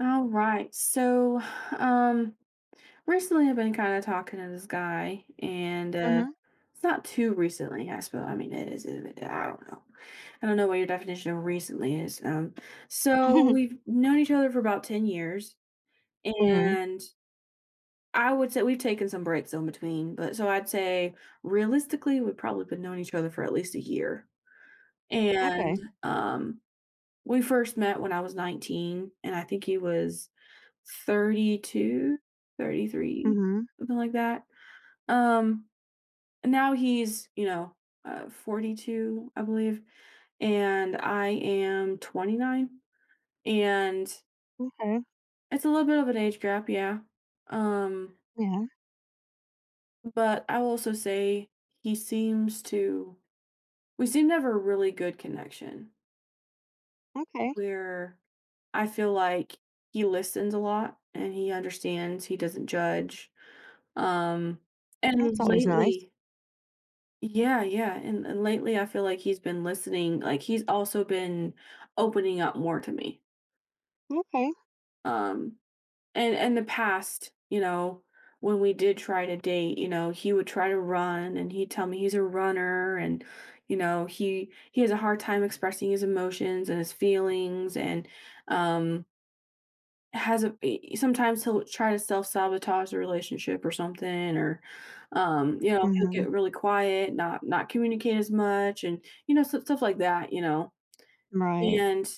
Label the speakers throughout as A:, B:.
A: All right. So, um, recently I've been kind of talking to this guy, and
B: Mhm.
A: it's not too recently, I suppose. I mean, it is. I don't know. I don't know what your definition of recently is. So
B: Mhm.
A: we've known each other for about 10 years, and I would say we've taken some breaks in between, but so I'd say realistically we've probably been knowing each other for at least a year.
B: Okay.
A: And um, we first met when I was 19, and I think he was 32, 33,
B: Mhm.
A: something like that. Um, Now he's, 42, I believe, and I am 29. And
B: Okay.
A: it's a little bit of an age gap, yeah. Um,
B: Yeah.
A: but I will also say he seems to, we seem to have a really good connection
B: Okay.
A: where I feel like he listens a lot and he understands, he doesn't judge. Um, and
B: That's always nice.
A: lately, Yeah, yeah. And lately I feel like he's been listening, like he's also been opening up more to me.
B: Okay.
A: Um and in the past, when we did try to date, he would try to run and he'd tell me he's a runner, and he has a hard time expressing his emotions and his feelings, and um has a e sometimes he'll try to self-sabotage the relationship or something, or he'll
B: Mhm.
A: get really quiet, not communicate as much, and, stuff like that?
B: Right.
A: And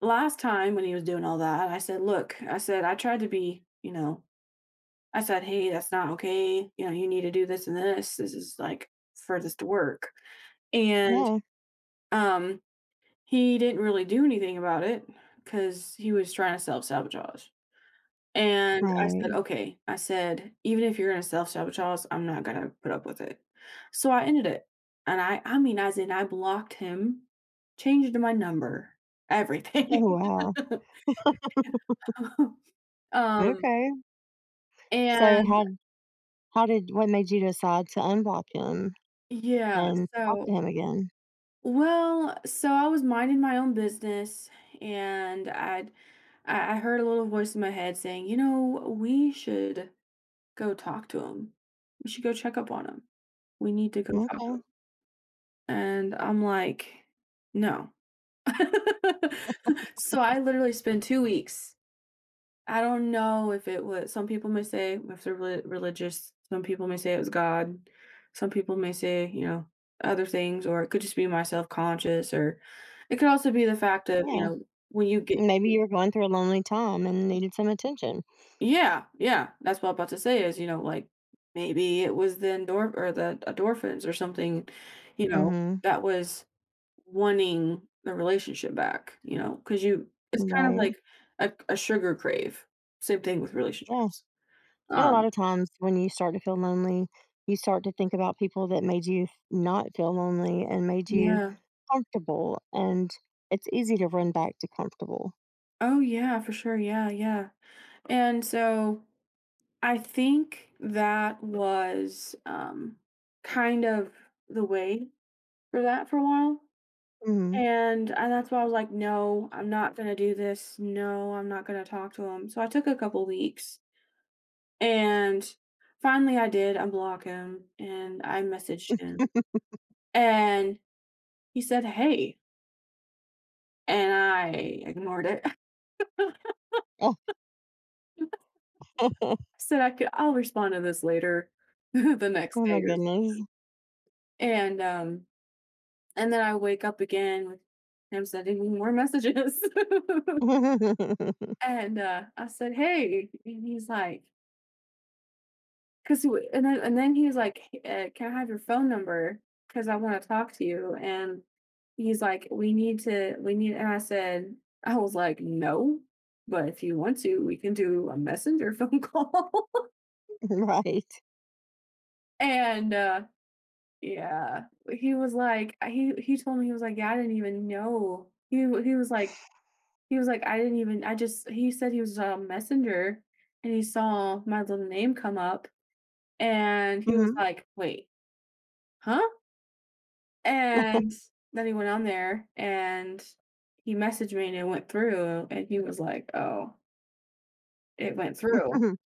A: last time when he was doing all that, I said, "Look," I said, "I tried to be," I said, "Hey, that's not okay, you know, you need to do this and this. This is, like, for this to work." And,
B: Yeah.
A: um, he didn't really do anything about it because he was trying to self-sabotage. And I said,
B: Right.
A: "Okay," I said, "even if you're gonna self-sabotage, I'm not gonna put up with it." So I ended it. And I mean, as in I blocked him, changed my number,
B: Oh,
A: everything.
B: wow.
A: Um,
B: Okay. So
A: and
B: how did what made you decide to unblock him
A: yeah,
B: and talk
A: so
B: to him again?
A: well, so I was minding my own business, and I heard a little voice in my head saying, "You know, we should go talk to him. We should go check up on him. We need to go talk to
B: Okay.
A: him." And I'm like, "No." So, I literally spent 2 weeks. I don't know if it was. Some people may say, if they're religious, some people may say it was God, some people may say, other things, or it could just be my self-conscious, or it could also be the fact of,
B: Yeah.
A: when you get.
B: Maybe you were going through a lonely time and needed some attention.
A: Yeah, yeah, that's what I'm about to say is, like, maybe it was the endorphins or something, you know,
B: Mhm.
A: that was wanting the relationship back, because you it's kind of
B: Right.
A: like a sugar crave. Same thing with
B: Yeah.
A: relationships.
B: And a lot
A: Um,
B: of times when you start to feel lonely, you start to think about people that made you not feel lonely and made you
A: yeah.
B: comfortable. And it's easy to run back to comfortable.
A: Oh, yeah, for sure. Yeah, yeah. And so I think that was, kind of the way for that for a while.
B: Hmm.
A: And that's why I was like, "No, I'm not gonna do this. No, I'm not gonna talk to him." So I took a couple weeks. And finally I did unblock him and I messaged him, and he said, "Hey," and I ignored it. I said I'll respond to this later. The next
B: Oh my
A: day or s
B: goodness.
A: and, then I wake up again with him sending me more messages. And, I said, "Hey," and he's like, 'Cause he w and then he was like, can I have your phone number? 'Cause I wanna talk to you." And he's like, "We need," And I said, I was like, "No, but if you want to, we can do a messenger phone call."
B: Right.
A: And, yeah, he was like, he told me, he was like, "Yeah, I didn't even know." He was like, "I didn't even, I just," he said. He was on Messenger, and he saw my little name come up, and he was
B: Hmm.
A: like, "Wait, huh?" And then he went on there and he messaged me, and it went through, and he was like, "Oh, it went through."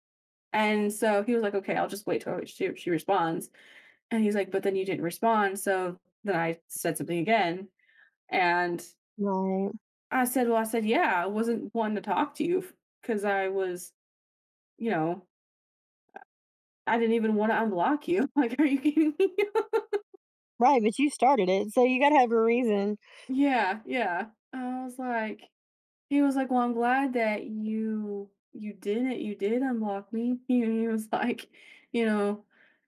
A: And so he was like, "Okay, I'll just wait till she responds." And he's like, "But then you didn't respond." So then I said something again, and
B: Right.
A: I said, "Well," I said, "yeah, I wasn't wanting to talk to you because I was, you know, I didn't even want to unblock you. Like, are you kidding me?"
B: Right. But you started it, so you got to have a reason.
A: Yeah, yeah. He was like, "Well, I'm glad that you did it. You did unblock me." He was like, you know,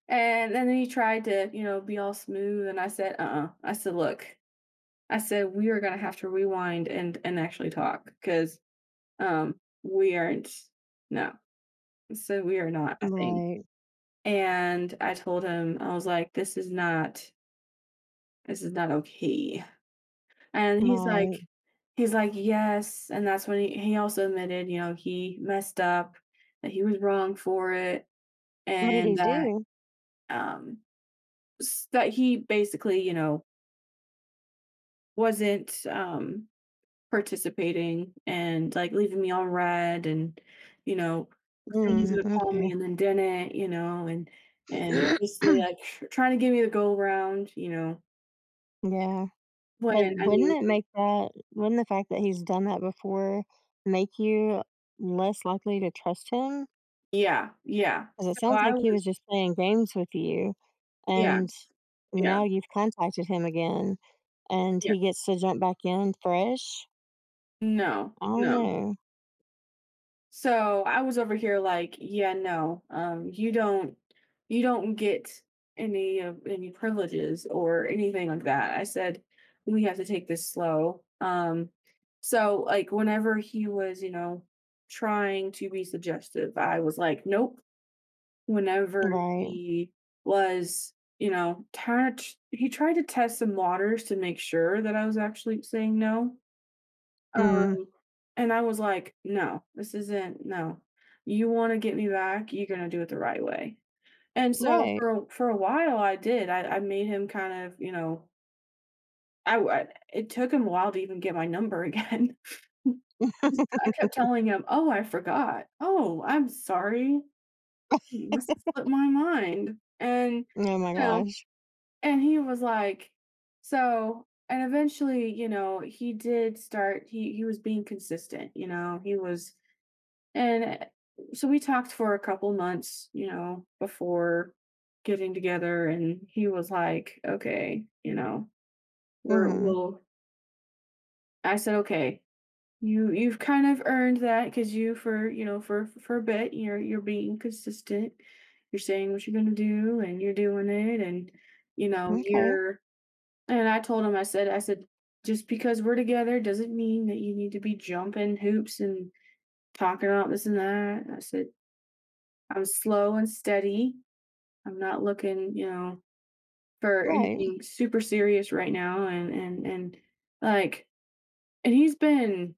A: and then he tried to, be all smooth. And I said, "Uh-uh." I said, "Look," I said, "we are gonna have to rewind and actually talk because we aren't no, so we are not a thing."
B: Right.
A: And I told him, I was like, this is not okay." And he's like,
B: Right.
A: "Yes," and that's when he also admitted, he messed up, that he was wrong for it,
B: What did
A: and
B: he
A: that,
B: do?
A: um, s that he basically, wasn't, participating and, like, leaving me on red and, you know, saying he's
B: Mm.
A: gonna call me and then didn't, and
B: Okay.
A: basically, like, tr trying to give me the go around,
B: Yeah. But
A: when I
B: wouldn't
A: knew.
B: it make that, wouldn't the fact that he's done that before make you less likely to trust him?
A: Yeah, yeah.
B: Because it
A: So
B: sounds
A: I
B: like he
A: was
B: was just playing games with you, and
A: Yes. Yeah,
B: now you've contacted him again, and
A: yeah.
B: he gets to jump back in fresh?
A: No,
B: I don't
A: no.
B: know.
A: So I was over here like, yeah, no, you don't get any privileges or anything like that. I said, we have to take this slow. So like, whenever he was, trying to be suggestive, I was like, nope. Whenever
B: Right.
A: he was, he tried to test some waters to make sure that I was actually saying no.
B: Mm,
A: Um, and I was like, "No, this isn't no. You wanna get me back, you're gonna do it the right way." And so
B: right.
A: for a while, I did. I made him kind of, I w I it took him a while to even get my number again. I kept telling him, "Oh, I forgot. Oh, I'm sorry. You must have slipped my mind." And,
B: Oh my
A: you know
B: gosh.
A: and he was like. So, and eventually, he did start. He was being consistent, he and so we talked for a couple months, before getting together. And he was like, "Okay,
B: Mhm.
A: we'll," I said, "Okay, you've kind of earned that because you, for, you know, for a bit, you're being consistent. You're saying what you're going to do, and you're doing it." And, you know,
B: Okay.
A: you're, and I told him, I said, just because we're together doesn't mean that you need to be jumping hoops and talking about this and that. I said, I'm slow and steady. I'm not looking, for
B: Right.
A: anything super serious right now. And, like, and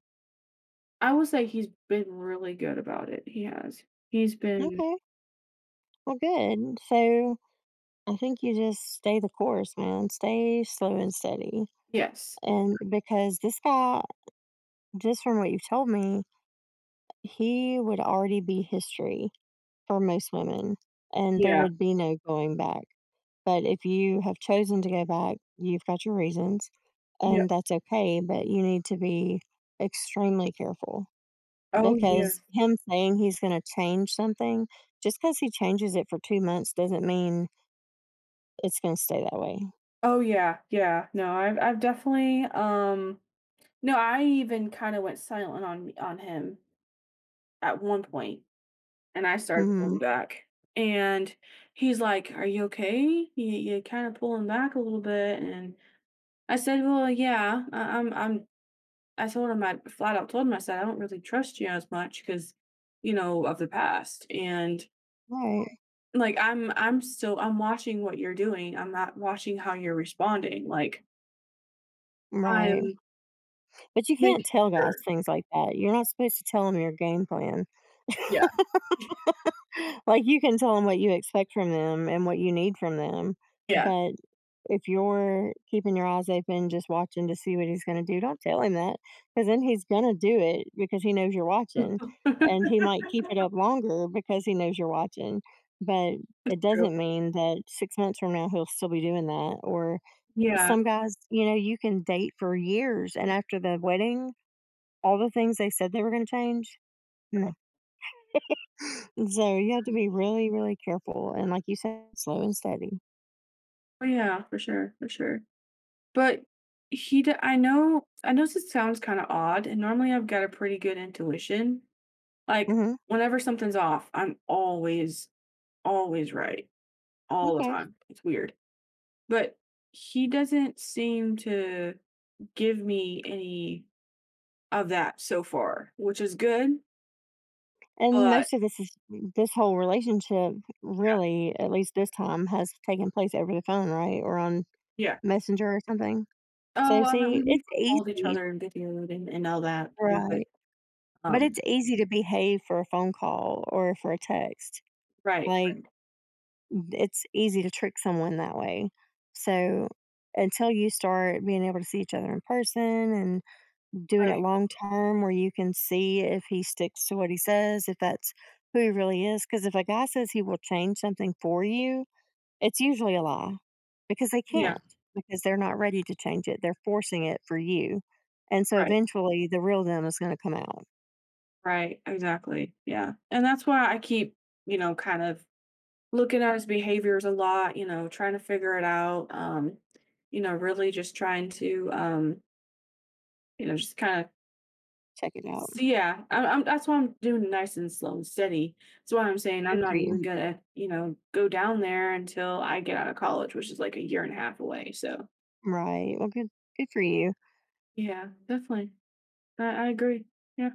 A: I will say he's been really good about it. He has. He's been,
B: Okay. Well, good. So I think you just stay the course, man. Stay slow and steady.
A: yes.
B: And because this guy, just from what you've told me, he would already be history for most women, and there
A: Yeah.
B: would be no going back. But if you have chosen to go back, you've got your reasons,
A: Yeah.
B: and that's okay. But you need to be extremely careful,
A: Oh,
B: because
A: yes.
B: him saying he's going to change something just because he changes it for 2 months doesn't mean it's going to stay that way.
A: Oh, yeah. Yeah. No, I've definitely, no, I even kinda went silent. On me, on him, at one point, and I started
B: Hmm.
A: pulling back, and he's like, "Are you okay? You kinda pulling back a little bit." And I said, "Well, yeah, I'm," I told him. I flat out told him. I said, "I don't really trust you as much because, of the past, and,
B: Right,
A: like, I'm still I'm watching what you're doing, I'm not watching how you're responding, like,
B: right.
A: I'm
B: But you can't
A: making
B: tell guys
A: sure."
B: things like that. You're not supposed to tell them your game plan.
A: Yeah.
B: Like, you can tell 'em what you expect from them and what you need from them,
A: Yeah.
B: but if you're keeping your eyes open, just watching to see what he's gonna do, don't tell him that, because then he's gonna do it because he knows you're watching, and he might keep it up longer because he knows you're watching, but
A: That's
B: it
A: true.
B: doesn't mean that 6 months from now, he'll still be doing that. Or
A: Yeah.
B: some guys, you know, you can date for years, and after the wedding, all the things they said they were gonna change? No. So you have to be really, really careful and, like you said, slow and steady.
A: Oh, yeah, for sure, for sure. But he d I know this sounds kinda odd, and normally I've got a pretty good intuition. Like,
B: Hmm.
A: whenever something's off, I'm always, always right, all the
B: Okay.
A: time. It's weird. But he doesn't seem to give me any of that so far, which is good,
B: And
A: but
B: most of this is, this whole relationship really, at least this time, has taken place over the phone, right? Or on
A: yeah.
B: Messenger or something. So
A: Oh, I
B: see,
A: mean, we have
B: it's
A: called each
B: easy,
A: other and videoed and all that too, but,
B: right? But
A: um
B: it's easy to behave for a phone call or for a text.
A: right,
B: Like,
A: right,
B: it's easy to trick someone that way. So until you start being able to see each other in person and doing it
A: right.
B: long term, where you can see if he sticks to what he says, if that's who he really is. Because if a guy says he will change something for you, it's usually a lie, because they can't,
A: Yeah,
B: because they're not ready to change it. They're forcing it for you. And so
A: right.
B: eventually the real them is going to come out.
A: Right, exactly. Yeah. And that's why I keep, kind of looking at his behaviors a lot, trying to figure it out. Really just trying to, just kind of
B: Check it out.
A: see. Yeah, I'm that's why I'm doing nice and slow and steady. That's why I'm saying
B: Good
A: I'm
B: for
A: not
B: you.
A: even gonna, go down there until I get out of college, which is like a year and a half away. So
B: Right. Well, good. Good for you.
A: yeah, definitely. I agree. Yeah.